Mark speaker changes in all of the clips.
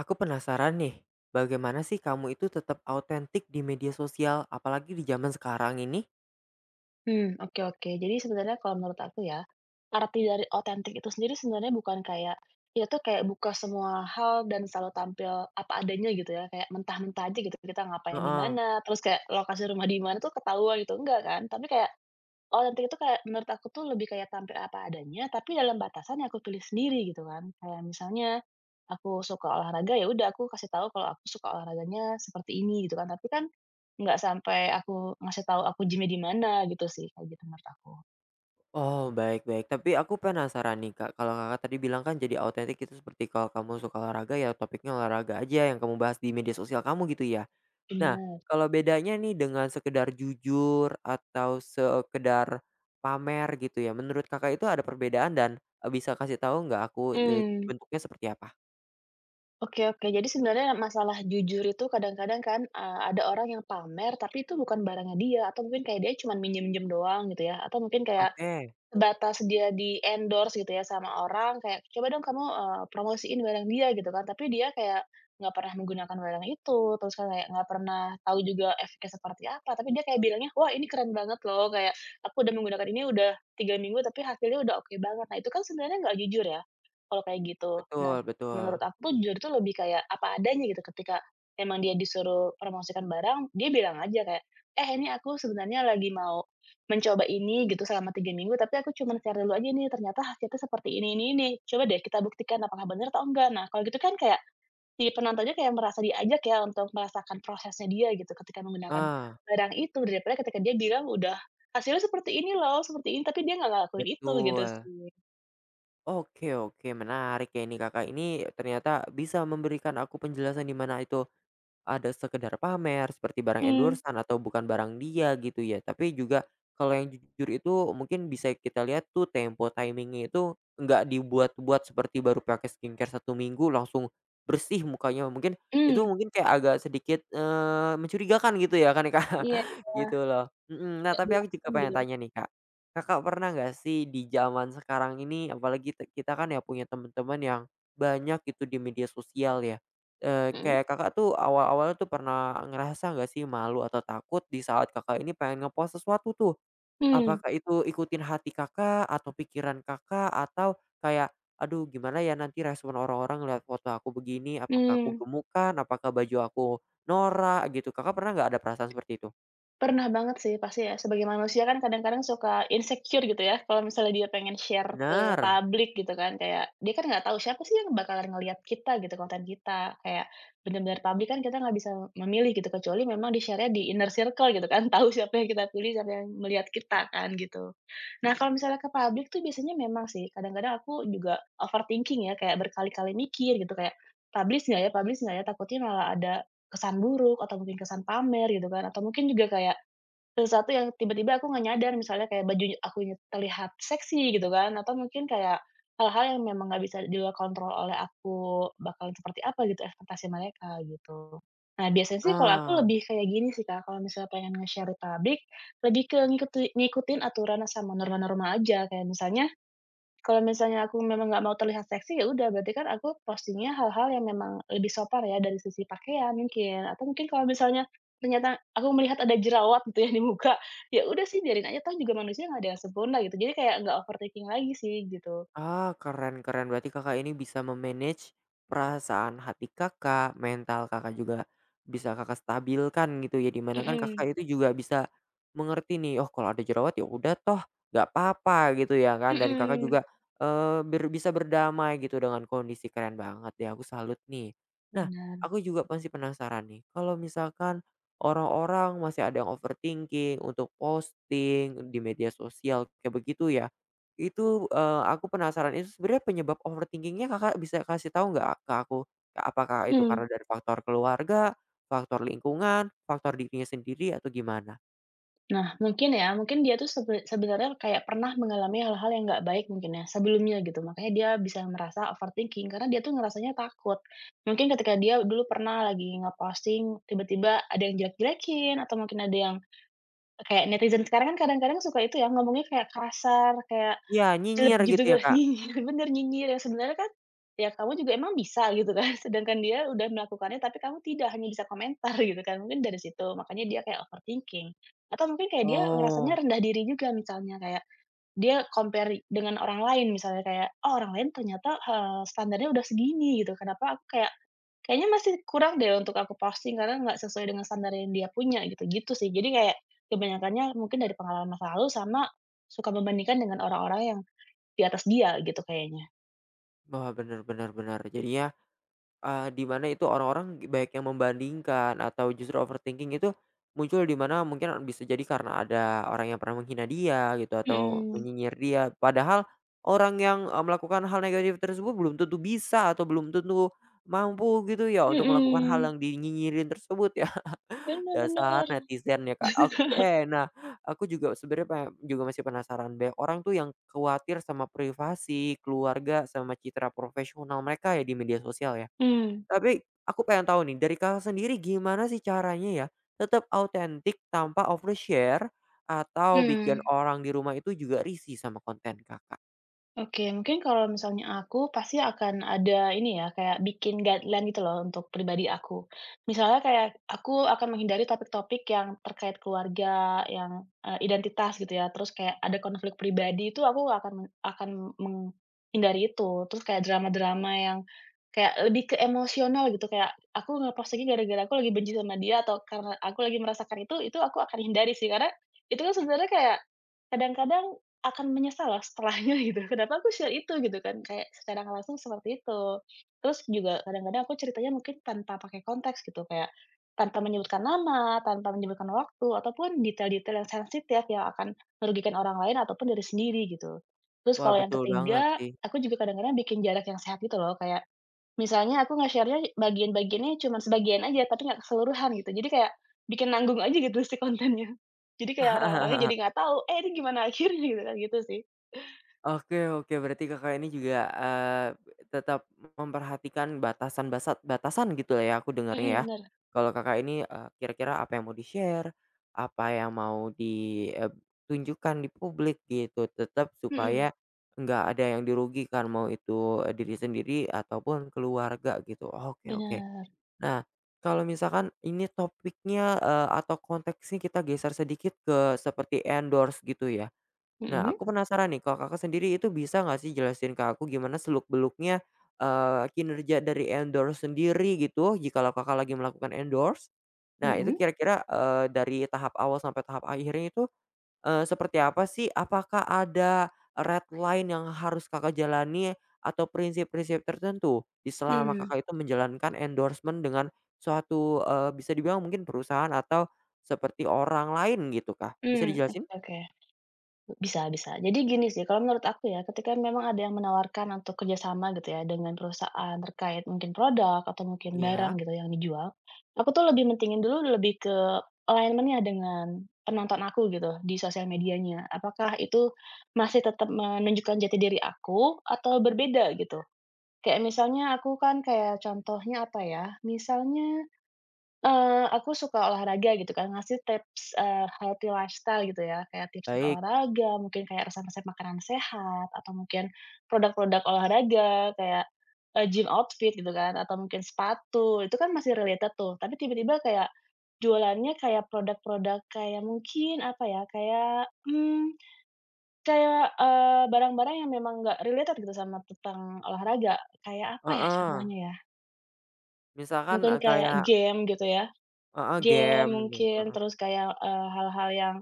Speaker 1: Aku penasaran nih, bagaimana sih kamu itu tetap autentik di media sosial, apalagi di zaman sekarang ini?
Speaker 2: Hmm, oke oke. Jadi sebenarnya kalau menurut aku ya, arti dari otentik itu sendiri sebenarnya bukan kayak, ya tuh kayak buka semua hal dan selalu tampil apa adanya gitu ya, kayak mentah-mentah aja gitu, kita ngapain di
Speaker 1: Heeh.
Speaker 2: mana, terus kayak lokasi rumah di mana tuh ketahuan gitu, enggak kan. Tapi kayak otentik itu kayak menurut aku tuh lebih kayak tampil apa adanya, tapi dalam batasan yang aku pilih sendiri gitu kan. Kayak misalnya aku suka olahraga, ya udah aku kasih tahu kalau aku suka olahraganya seperti ini gitu kan. Tapi kan nggak sampai aku ngasih tahu aku gym di mana gitu sih, kayak gitu menurut aku.
Speaker 1: Oh, baik baik. Tapi aku penasaran nih, Kak, kalau Kakak tadi bilang kan jadi autentik itu seperti kalau kamu suka olahraga, ya topiknya olahraga aja yang kamu bahas di media sosial kamu gitu ya. Nah,
Speaker 2: Benar.
Speaker 1: kalau bedanya nih dengan sekedar jujur atau sekedar pamer gitu ya, menurut Kakak itu ada perbedaan dan, bisa kasih tahu nggak aku,
Speaker 2: Hmm,
Speaker 1: bentuknya seperti apa?
Speaker 2: oke oke. Jadi sebenarnya masalah jujur itu kadang-kadang kan, ada orang yang pamer, tapi itu bukan barangnya dia, atau mungkin kayak dia cuma minjem-minjem doang gitu ya, atau mungkin kayak
Speaker 1: Oke,
Speaker 2: sebatas dia di-endorse gitu ya sama orang kayak, "Coba dong kamu, promosiin barang dia," gitu kan. Tapi dia kayak nggak pernah menggunakan barang itu, terus kan kayak nggak pernah tahu juga efeknya seperti apa, tapi dia kayak bilangnya, "Wah ini keren banget loh," kayak, "Aku udah menggunakan ini udah 3 minggu tapi hasilnya udah oke banget." Nah itu kan sebenarnya nggak jujur ya, kalau kayak gitu. Nah,
Speaker 1: betul betul.
Speaker 2: menurut aku jujur itu lebih kayak apa adanya gitu ketika emang dia disuruh promosikan barang, dia bilang aja kayak, "Eh ini aku sebenarnya lagi mau mencoba ini gitu selama 3 minggu, tapi aku cuman share dulu aja nih, ternyata hasilnya seperti ini, coba deh kita buktikan apakah benar atau enggak." Nah, kalau gitu kan kayak si penontonnya kayak merasa diajak ya untuk merasakan prosesnya dia gitu ketika menggunakan
Speaker 1: Ah.
Speaker 2: barang itu, daripada ketika dia bilang udah, "Hasilnya seperti ini loh, seperti ini," tapi dia nggak ngelakuin itu gitu
Speaker 1: Betul.
Speaker 2: sih.
Speaker 1: Oke oke, menarik ya ini Kakak ini ternyata bisa memberikan aku penjelasan di mana itu ada sekedar pamer seperti barang
Speaker 2: Hmm,
Speaker 1: endorse atau bukan barang dia gitu ya, tapi juga kalau yang jujur itu mungkin bisa kita lihat tuh tempo timingnya itu nggak dibuat-buat seperti baru pakai skincare satu minggu langsung bersih mukanya, mungkin itu
Speaker 2: mhm.
Speaker 1: mungkin kayak agak sedikit, mencurigakan gitu ya kan, Kak,
Speaker 2: Iya iya,
Speaker 1: gitu loh. Mhm, nah
Speaker 2: kayak
Speaker 1: tapi aku juga
Speaker 2: bilang
Speaker 1: pengen
Speaker 2: gitu.
Speaker 1: tanya nih, Kak. Kakak pernah nggak sih di zaman sekarang ini apalagi kita kan ya punya teman-teman yang banyak gitu di media sosial ya.
Speaker 2: Mhm.
Speaker 1: Kayak Kakak tuh awal-awalnya tuh pernah ngerasa nggak sih malu atau takut di saat Kakak ini pengen ngepost sesuatu tuh?
Speaker 2: Mhm,
Speaker 1: Apakah itu ikutin hati Kakak atau pikiran Kakak atau kayak, "Aduh gimana ya nanti respon orang-orang lihat foto aku begini, apakah aku
Speaker 2: mhm.
Speaker 1: gemukan, apakah baju aku norak," gitu. Kakak pernah nggak ada perasaan seperti itu?
Speaker 2: Pernah banget sih pasti ya, sebagai manusia kan kadang-kadang suka insecure gitu ya, kalau misalnya dia pengen share ke
Speaker 1: Benar,
Speaker 2: publik gitu kan, kayak dia kan nggak tahu siapa sih yang bakalan ngelihat kita gitu, konten kita. Kayak benar-benar publik kan kita nggak bisa memilih gitu, kecuali memang di-share-nya di inner circle gitu kan, tahu siapa yang kita pilih, siapa yang melihat kita kan gitu. Nah, kalau misalnya ke publik tuh biasanya memang sih, kadang-kadang aku juga overthinking ya, kayak berkali-kali mikir gitu, kayak, "Publish nggak ya publish nggak ya?" Takutnya malah ada kesan buruk atau mungkin kesan pamer gitu kan, atau mungkin juga kayak sesuatu yang tiba-tiba aku nggak nyadar misalnya kayak bajunya akunya terlihat seksi gitu kan, atau mungkin kayak hal-hal yang memang nggak bisa di luar kontrol oleh aku bakalan seperti apa gitu ekspektasi mereka gitu. Nah biasanya sih kalau aku
Speaker 1: ah.
Speaker 2: lebih kayak gini sih Kak, kalau misalnya pengen nge-share ke public, lebih ke ngikutin aturan sama norma-norma aja kayak misalnya kalau misalnya aku memang nggak mau terlihat seksi, ya udah berarti kan aku postingnya hal-hal yang memang lebih sopan ya dari sisi pakaian mungkin, atau mungkin kalau misalnya ternyata aku melihat ada jerawat gitu ya di muka, ya udah sih biarin aja toh juga manusia nggak ada yang sempurna gitu. Jadi kayak nggak overthinking lagi sih gitu.
Speaker 1: Ah, keren keren. Berarti Kakak ini bisa memanage perasaan hati Kakak, mental Kakak juga bisa Kakak stabilkan gitu ya, dimana kan
Speaker 2: Mhm,
Speaker 1: Kakak itu juga bisa mengerti nih, "Oh, kalau ada jerawat ya udah toh, nggak apa-apa," gitu ya kan, dan Kakak
Speaker 2: mhm,
Speaker 1: juga, eee, ber bisa berdamai gitu dengan kondisi. Keren banget ya aku salut nih. Nah,
Speaker 2: bener.
Speaker 1: aku juga pasti penasaran nih, kalau misalkan orang-orang masih ada yang overthinking untuk posting di media sosial kayak begitu ya, itu, aku penasaran itu sebenarnya penyebab overthinking Kakak bisa kasih tahu nggak ke aku? Apakah itu
Speaker 2: Mmm.
Speaker 1: karena dari faktor keluarga, faktor lingkungan, faktor dirinya sendiri atau gimana?
Speaker 2: Nah, mungkin ya, mungkin dia tuh sebenarnya kayak pernah mengalami hal-hal yang nggak baik mungkin ya, sebelumnya gitu, makanya dia bisa merasa overthinking, karena dia tuh ngerasanya takut. Mungkin ketika dia dulu pernah lagi tiba-tiba ada yang jelek-jelekin, atau mungkin ada yang kayak netizen sekarang kan kadang-kadang suka itu ya, ngomongnya kayak kasar, kayak
Speaker 1: Iya
Speaker 2: celep
Speaker 1: nyinyir
Speaker 2: gitu
Speaker 1: gitu
Speaker 2: kan,
Speaker 1: ya Kak?
Speaker 2: nyinyir, bener nyinyir yang sebenarnya kan, ya kamu juga emang bisa gitu kan, sedangkan dia udah melakukannya tapi kamu tidak, hanya bisa komentar gitu kan, mungkin dari situ makanya dia kayak overthinking. Atau mungkin kayak dia
Speaker 1: Oh,
Speaker 2: ngerasanya rendah diri juga misalnya kayak dia compare dengan orang lain misalnya kayak, "Oh orang lain ternyata, standarnya udah segini gitu, kenapa aku kayak kayaknya masih kurang deh untuk aku posting karena nggak sesuai dengan standar yang dia punya," gitu-gitu sih. Jadi kayak kebanyakannya mungkin dari pengalaman masa lalu sama suka membandingkan dengan orang-orang yang di atas dia gitu kayaknya.
Speaker 1: wah, bener benar. Bener, jadinya, di mana itu orang-orang baik yang membandingkan atau justru overthinking itu muncul di mana mungkin bisa jadi karena ada orang yang pernah menghina dia gitu atau
Speaker 2: Mhm,
Speaker 1: menyinyir dia. Padahal orang yang, melakukan hal negatif tersebut belum tentu bisa atau belum tentu mampu gitu ya untuk melakukan hal
Speaker 2: mhm,
Speaker 1: yang dinyinyirin tersebut ya.
Speaker 2: bener
Speaker 1: Dasar
Speaker 2: bener.
Speaker 1: netizen ya, Kak. Oke, nah aku juga sebenarnya pengen juga masih penasaran, banyak orang tuh yang khawatir sama privasi, keluarga, sama citra profesional mereka ya di media sosial ya.
Speaker 2: Mmm.
Speaker 1: Tapi aku pengen tahu nih, dari Kakak sendiri gimana sih caranya ya tetap autentik tanpa overshare atau
Speaker 2: Mmm.
Speaker 1: bikin orang di rumah itu juga risih sama konten Kakak?
Speaker 2: Oke, mungkin kalau misalnya aku, pasti akan ada ini ya, kayak bikin guideline gitu loh untuk pribadi aku. Misalnya kayak aku akan menghindari topik-topik yang terkait keluarga, yang, identitas gitu ya, terus kayak ada konflik pribadi itu aku akan menghindari itu. Terus kayak drama-drama yang kayak lebih ke emosional gitu, kayak aku ngepost ini gara-gara aku lagi benci sama dia atau karena aku lagi merasakan itu aku akan hindari sih. Karena itu kan sebenarnya kayak kadang-kadang akan menyesal loh setelahnya gitu, kenapa aku share itu gitu kan, kayak secara nggak langsung seperti itu. Terus juga kadang-kadang aku ceritanya mungkin tanpa pakai konteks gitu, kayak tanpa menyebutkan nama, tanpa menyebutkan waktu, ataupun detail-detail yang sensitif yang akan merugikan orang lain ataupun diri sendiri gitu. Terus
Speaker 1: Wah
Speaker 2: kalau yang
Speaker 1: betul banget
Speaker 2: ketiga,
Speaker 1: sih.
Speaker 2: aku juga kadang-kadang bikin jarak yang sehat gitu loh, kayak misalnya aku nge-share-nya bagian-bagiannya cuman sebagian aja, tapi nggak keseluruhan gitu. Jadi kayak bikin nanggung aja gitu si kontennya. Jadi kayak orang-orangnya jadi nggak tahu, "Eh, ini gimana akhirnya?" Gitu kan, gitu sih.
Speaker 1: Oke oke, berarti Kakak ini juga, tetap memperhatikan batasan gitu lah ya aku
Speaker 2: Mhm,
Speaker 1: dengarnya ya.
Speaker 2: bener.
Speaker 1: Kalau Kakak ini, kira-kira apa yang mau di-share, apa yang mau ditunjukkan di publik gitu, tetap
Speaker 2: Mhm,
Speaker 1: supaya nggak ada yang dirugikan, mau itu, diri sendiri ataupun keluarga gitu. Oke oke.
Speaker 2: bener.
Speaker 1: Nah, kalau misalkan ini topiknya, atau konteksnya kita geser sedikit ke seperti endorse gitu ya. Nah,
Speaker 2: Mhm,
Speaker 1: aku penasaran nih, kalau Kakak sendiri itu bisa nggak sih jelasin ke aku gimana seluk-beluknya, kinerja dari endorse sendiri gitu, jikalau Kakak lagi melakukan endorse. Nah, itu
Speaker 2: mhm,
Speaker 1: kira-kira, dari tahap awal sampai tahap akhirnya itu, seperti apa sih? Apakah ada red line yang harus Kakak jalani atau prinsip-prinsip tertentu di selama
Speaker 2: mmm,
Speaker 1: Kakak itu menjalankan endorsement dengan suatu, bisa dibilang mungkin perusahaan atau seperti orang lain gitu, Kak? Bisa
Speaker 2: mmm, oke
Speaker 1: dijelasin?
Speaker 2: oke. Bisa bisa. Jadi gini sih, kalau menurut aku ya, ketika memang ada yang menawarkan untuk kerjasama gitu ya, dengan perusahaan terkait mungkin produk atau mungkin barang
Speaker 1: Iya,
Speaker 2: gitu yang dijual, aku tuh lebih mentingin dulu lebih ke alignment-nya dengan penonton aku gitu, di sosial medianya. Apakah itu masih tetap menunjukkan jati diri aku atau berbeda gitu. Kayak misalnya aku kan kayak contohnya apa ya, misalnya aku suka olahraga gitu kan, ngasih tips, healthy lifestyle gitu ya, kayak tips-tips
Speaker 1: baik.
Speaker 2: olahraga, mungkin kayak resep-resep makanan sehat, atau mungkin produk-produk olahraga kayak, gym outfit gitu kan, atau mungkin sepatu, itu kan masih related tuh. Tapi tiba-tiba kayak jualannya kayak produk-produk kayak mungkin apa ya, kayak, kayak, barang-barang yang memang nggak related gitu sama tentang olahraga. Kayak apa ya
Speaker 1: Heeh,
Speaker 2: contohnya ya,
Speaker 1: misalkan,
Speaker 2: mungkin kayak
Speaker 1: kayak,
Speaker 2: game gitu ya.
Speaker 1: heeh,
Speaker 2: Game
Speaker 1: game gitu,
Speaker 2: mungkin,
Speaker 1: heeh.
Speaker 2: terus kayak, hal-hal yang,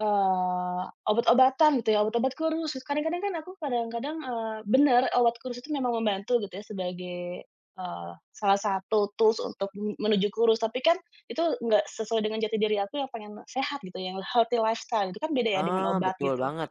Speaker 2: eee, obat-obatan gitu ya, obat-obat kurus. Kadang-kadang kan aku kadang-kadang, bener obat kurus itu memang membantu gitu ya sebagai, salah satu tools untuk menuju kurus, tapi kan itu nggak sesuai dengan jati diri aku yang pengen sehat gitu, yang healthy lifestyle, itu kan beda ya dengan
Speaker 1: Ah,
Speaker 2: obat
Speaker 1: betul
Speaker 2: gitu.
Speaker 1: banget.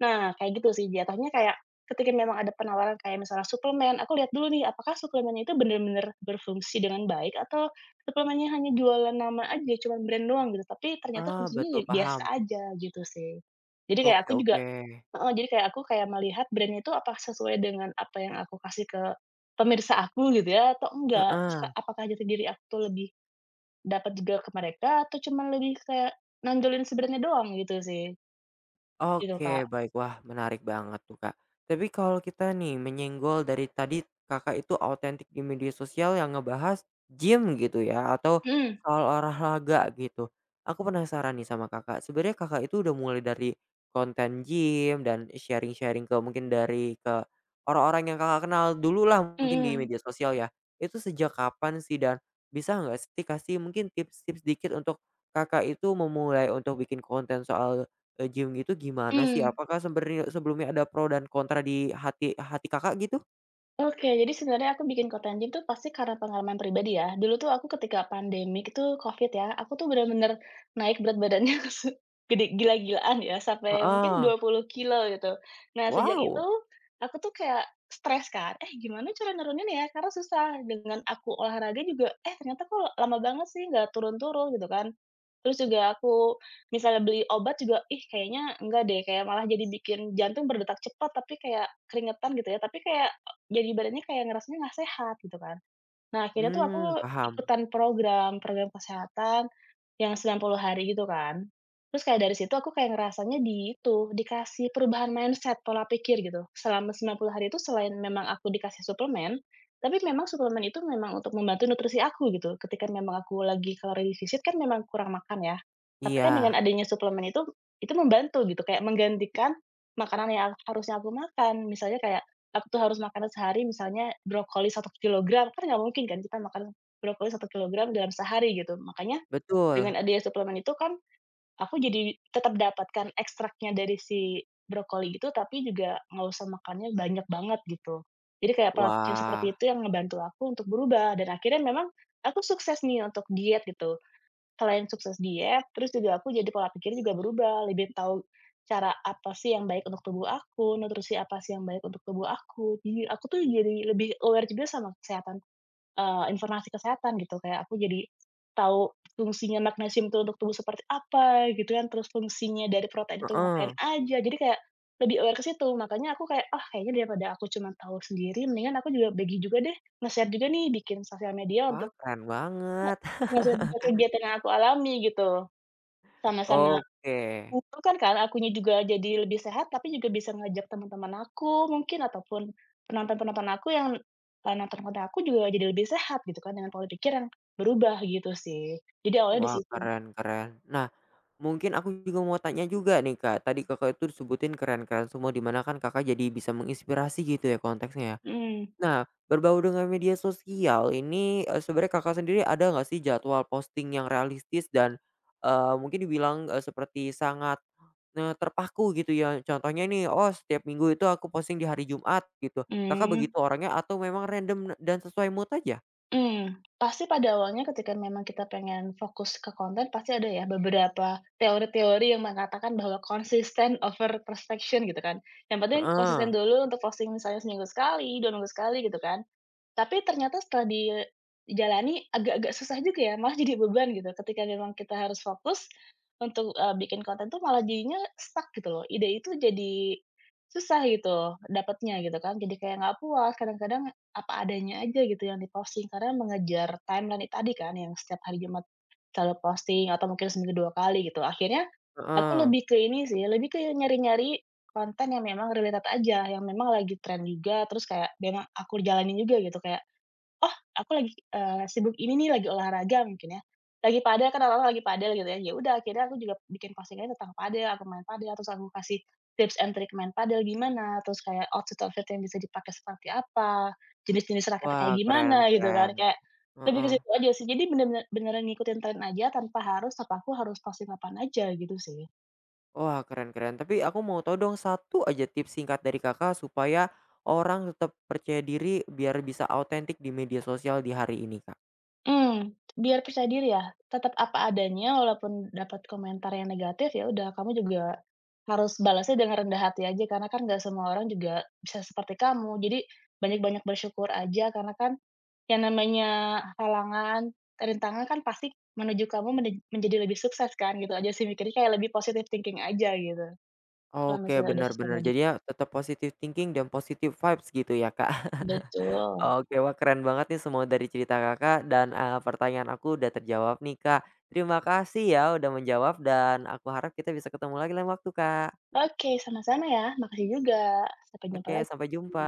Speaker 2: Nah, kayak gitu sih jatuhnya kayak, ketika memang ada penawaran kayak misalnya suplemen, aku lihat dulu nih apakah suplemennya itu bener-bener berfungsi dengan baik atau suplemennya hanya jualan nama aja, cuman brand doang gitu, tapi ternyata
Speaker 1: Ah,
Speaker 2: fungsinya ya
Speaker 1: betul,
Speaker 2: biasa
Speaker 1: paham.
Speaker 2: aja gitu sih. Jadi kayak
Speaker 1: Oke
Speaker 2: aku juga
Speaker 1: oke.
Speaker 2: heeh, jadi kayak aku kayak melihat brand-nya itu apa sesuai dengan apa yang aku kasih ke pemirsa aku gitu ya atau enggak, terus ka
Speaker 1: Heeh.
Speaker 2: apakah jati diri aku tuh lebih dapat juga ke mereka atau cuman lebih kayak nonjolin si brand-nya doang gitu sih, gitu Kak.
Speaker 1: Oke, baik. Wah, menarik banget tuh, Kak. Tapi kalau kita nih menyenggol dari tadi Kakak itu autentik di media sosial yang ngebahas gym gitu ya atau
Speaker 2: Mhm,
Speaker 1: soal olahraga gitu. Aku penasaran nih sama Kakak. Sebenarnya Kakak itu udah mulai dari konten gym dan sharing-sharing ke mungkin dari ke orang-orang yang Kakak kenal dulu lah mungkin di
Speaker 2: mhm.
Speaker 1: media sosial ya. Itu sejak kapan sih dan bisa nggak sih kasih mungkin tips-tips dikit untuk Kakak itu memulai untuk bikin konten soal, Jeong itu gimana sih?
Speaker 2: Hmm.
Speaker 1: Apakah sebenarnya sebelumnya ada pro dan kontra di hati hati Kakak gitu?
Speaker 2: Oke, jadi sebenarnya aku bikin konten gym tuh pasti karena pengalaman pribadi ya. Dulu tuh aku ketika pandemik itu COVID ya, aku tuh bener-bener naik berat badannya gede gila-gilaan ya, sampai mungkin
Speaker 1: Heeh.
Speaker 2: 20 kilo gitu. Nah, sejak itu
Speaker 1: Wow!
Speaker 2: aku tuh kayak stres kan, "Eh, gimana cara nurunin ya?" Karena susah, dengan aku olahraga juga, eh, ternyata kok lama banget sih nggak turun-turun gitu kan. Terus juga aku misalnya beli obat juga, ih kayaknya enggak deh, kayak malah jadi bikin jantung berdetak cepat, tapi kayak keringetan gitu ya, tapi kayak jadi badannya kayak ngerasanya nggak sehat gitu kan. Nah akhirnya tuh aku
Speaker 1: Mmm, paham.
Speaker 2: ikutan program, program kesehatan yang 90 hari gitu kan. Terus kayak dari situ aku kayak ngerasanya di itu, dikasih perubahan mindset, pola pikir gitu. Selama 90 hari itu selain memang aku dikasih suplemen, tapi memang suplemen itu memang untuk membantu nutrisi aku gitu. Ketika memang aku lagi kalori defisit kan memang kurang makan ya. Tapi kan dengan
Speaker 1: Iya,
Speaker 2: adanya suplemen itu membantu gitu, kayak menggantikan makanan yang harusnya aku makan. Misalnya kayak aku tuh harus makan sehari misalnya brokoli 1 kilogram, kan nggak mungkin kan kita makan brokoli 1 kilogram dalam sehari gitu. Makanya
Speaker 1: betul.
Speaker 2: dengan adanya suplemen itu kan aku jadi tetap dapatkan ekstraknya dari si brokoli itu, tapi juga nggak usah makannya banyak banget gitu. Jadi kayak pola pikir seperti
Speaker 1: Wah,
Speaker 2: itu yang ngebantu aku untuk berubah dan akhirnya memang aku sukses nih untuk diet gitu. Selain sukses diet, terus juga aku jadi pola pikir juga berubah, lebih tahu cara apa sih yang baik untuk tubuh aku, nutrisi apa sih yang baik untuk tubuh aku. Jadi aku tuh jadi lebih aware juga sama kesehatan, informasi kesehatan gitu, kayak aku jadi tahu fungsinya magnesium itu untuk tubuh seperti apa gitu kan, terus fungsinya dari protein itu ngapain
Speaker 1: heeh.
Speaker 2: aja, jadi kayak lebih aware ke situ. Makanya aku kayak, "Ah, kayaknya daripada aku cuma tahu sendiri, mendingan aku juga bagi juga deh, nge-share juga nih, bikin sosial media
Speaker 1: Wah,
Speaker 2: untuk
Speaker 1: keren
Speaker 2: nge
Speaker 1: banget.
Speaker 2: nge-share juga kegiatan yang aku alami," gitu. Sama-sama
Speaker 1: Oke.
Speaker 2: menguntungkan kan, kan? Akunya juga jadi lebih sehat, tapi juga bisa ngajak teman-teman aku mungkin, ataupun penonton-penonton aku yang nonton konten aku juga jadi lebih sehat gitu kan, dengan pola pikir yang berubah gitu sih. Jadi awalnya di
Speaker 1: Wah,
Speaker 2: situ.
Speaker 1: keren keren. Nah, mungkin aku juga mau tanya juga nih, Kak. Tadi Kakak itu disebutin keren-keren semua, di mana kan Kakak jadi bisa menginspirasi gitu ya konteksnya ya.
Speaker 2: Mhm.
Speaker 1: Nah, berbau dengan media sosial ini, sebenarnya Kakak sendiri ada nggak sih jadwal posting yang realistis dan, mungkin dibilang, seperti sangat, terpaku gitu ya? Contohnya nih, "Oh, setiap minggu itu aku posting di hari Jumat," gitu. Kakak
Speaker 2: Mmm,
Speaker 1: begitu orangnya atau memang random dan sesuai mood aja?
Speaker 2: mhm. Pasti pada awalnya ketika memang kita pengen fokus ke konten, pasti ada ya beberapa teori-teori yang mengatakan bahwa konsisten over perfection gitu kan. Yang penting
Speaker 1: Heeh
Speaker 2: konsisten dulu untuk posting misalnya seminggu sekali, 2 minggu sekali gitu kan. Tapi ternyata setelah dijalani agak-agak susah juga ya, malah jadi beban gitu ketika memang kita harus fokus untuk, bikin konten tuh malah jadinya stuck gitu loh, ide itu jadi susah gitu dapatnya gitu kan, jadi kayak nggak puas, kadang-kadang apa adanya aja gitu yang diposting karena mengejar timeline itu tadi kan yang setiap hari Jumat selalu posting atau mungkin seminggu 2 kali gitu. Akhirnya aku
Speaker 1: heeh.
Speaker 2: lebih ke ini sih, lebih ke nyari-nyari konten yang memang related aja, yang memang lagi tren juga, terus kayak memang aku jalanin juga gitu kayak, "Oh, aku lagi, sibuk ini nih, lagi olahraga," mungkin ya, lagi padel kan orang-orang lagi padel gitu ya, ya udah akhirnya aku juga bikin postingannya tentang padel, aku main padel, terus aku kasih tips and trick main padel gimana, terus kayak outfit-outfit yang bisa dipakai seperti apa, jenis-jenis raketnya kayak
Speaker 1: Wah,
Speaker 2: gimana
Speaker 1: keren
Speaker 2: gitu kan,
Speaker 1: keren.
Speaker 2: kayak lebih ke
Speaker 1: Heeh.
Speaker 2: situ aja sih. Jadi bener-bener beneran ngikutin tren aja tanpa harus, apa aku harus posting kapan aja gitu sih.
Speaker 1: Wah, keren-keren. Tapi aku mau tahu dong satu aja tips singkat dari Kakak supaya orang tetap percaya diri biar bisa autentik di media sosial di hari ini, Kak.
Speaker 2: Mmm, biar percaya diri ya, tetap apa adanya walaupun dapat komentar yang negatif, ya udah kamu juga harus balasnya dengan rendah hati aja karena kan nggak semua orang juga bisa seperti kamu. Jadi banyak-banyak bersyukur aja karena kan yang namanya halangan, rintangan kan pasti menuju kamu menjadi lebih sukses kan, gitu aja sih mikirnya kayak lebih positive thinking aja gitu, kalau
Speaker 1: Oke,
Speaker 2: misalnya udah sosial
Speaker 1: benar-benar. Bener.
Speaker 2: media.
Speaker 1: Jadinya tetap positive thinking dan positive vibes gitu ya, Kak.
Speaker 2: Betul.
Speaker 1: Oke, wah keren banget nih semua dari cerita Kakak dan, pertanyaan aku udah terjawab nih, Kak. Terima kasih ya udah menjawab dan aku harap kita bisa ketemu lagi lain waktu, Kak.
Speaker 2: Oke, sama-sama ya, makasih juga. Sampai jumpa
Speaker 1: Oke,
Speaker 2: lagi.
Speaker 1: sampai jumpa.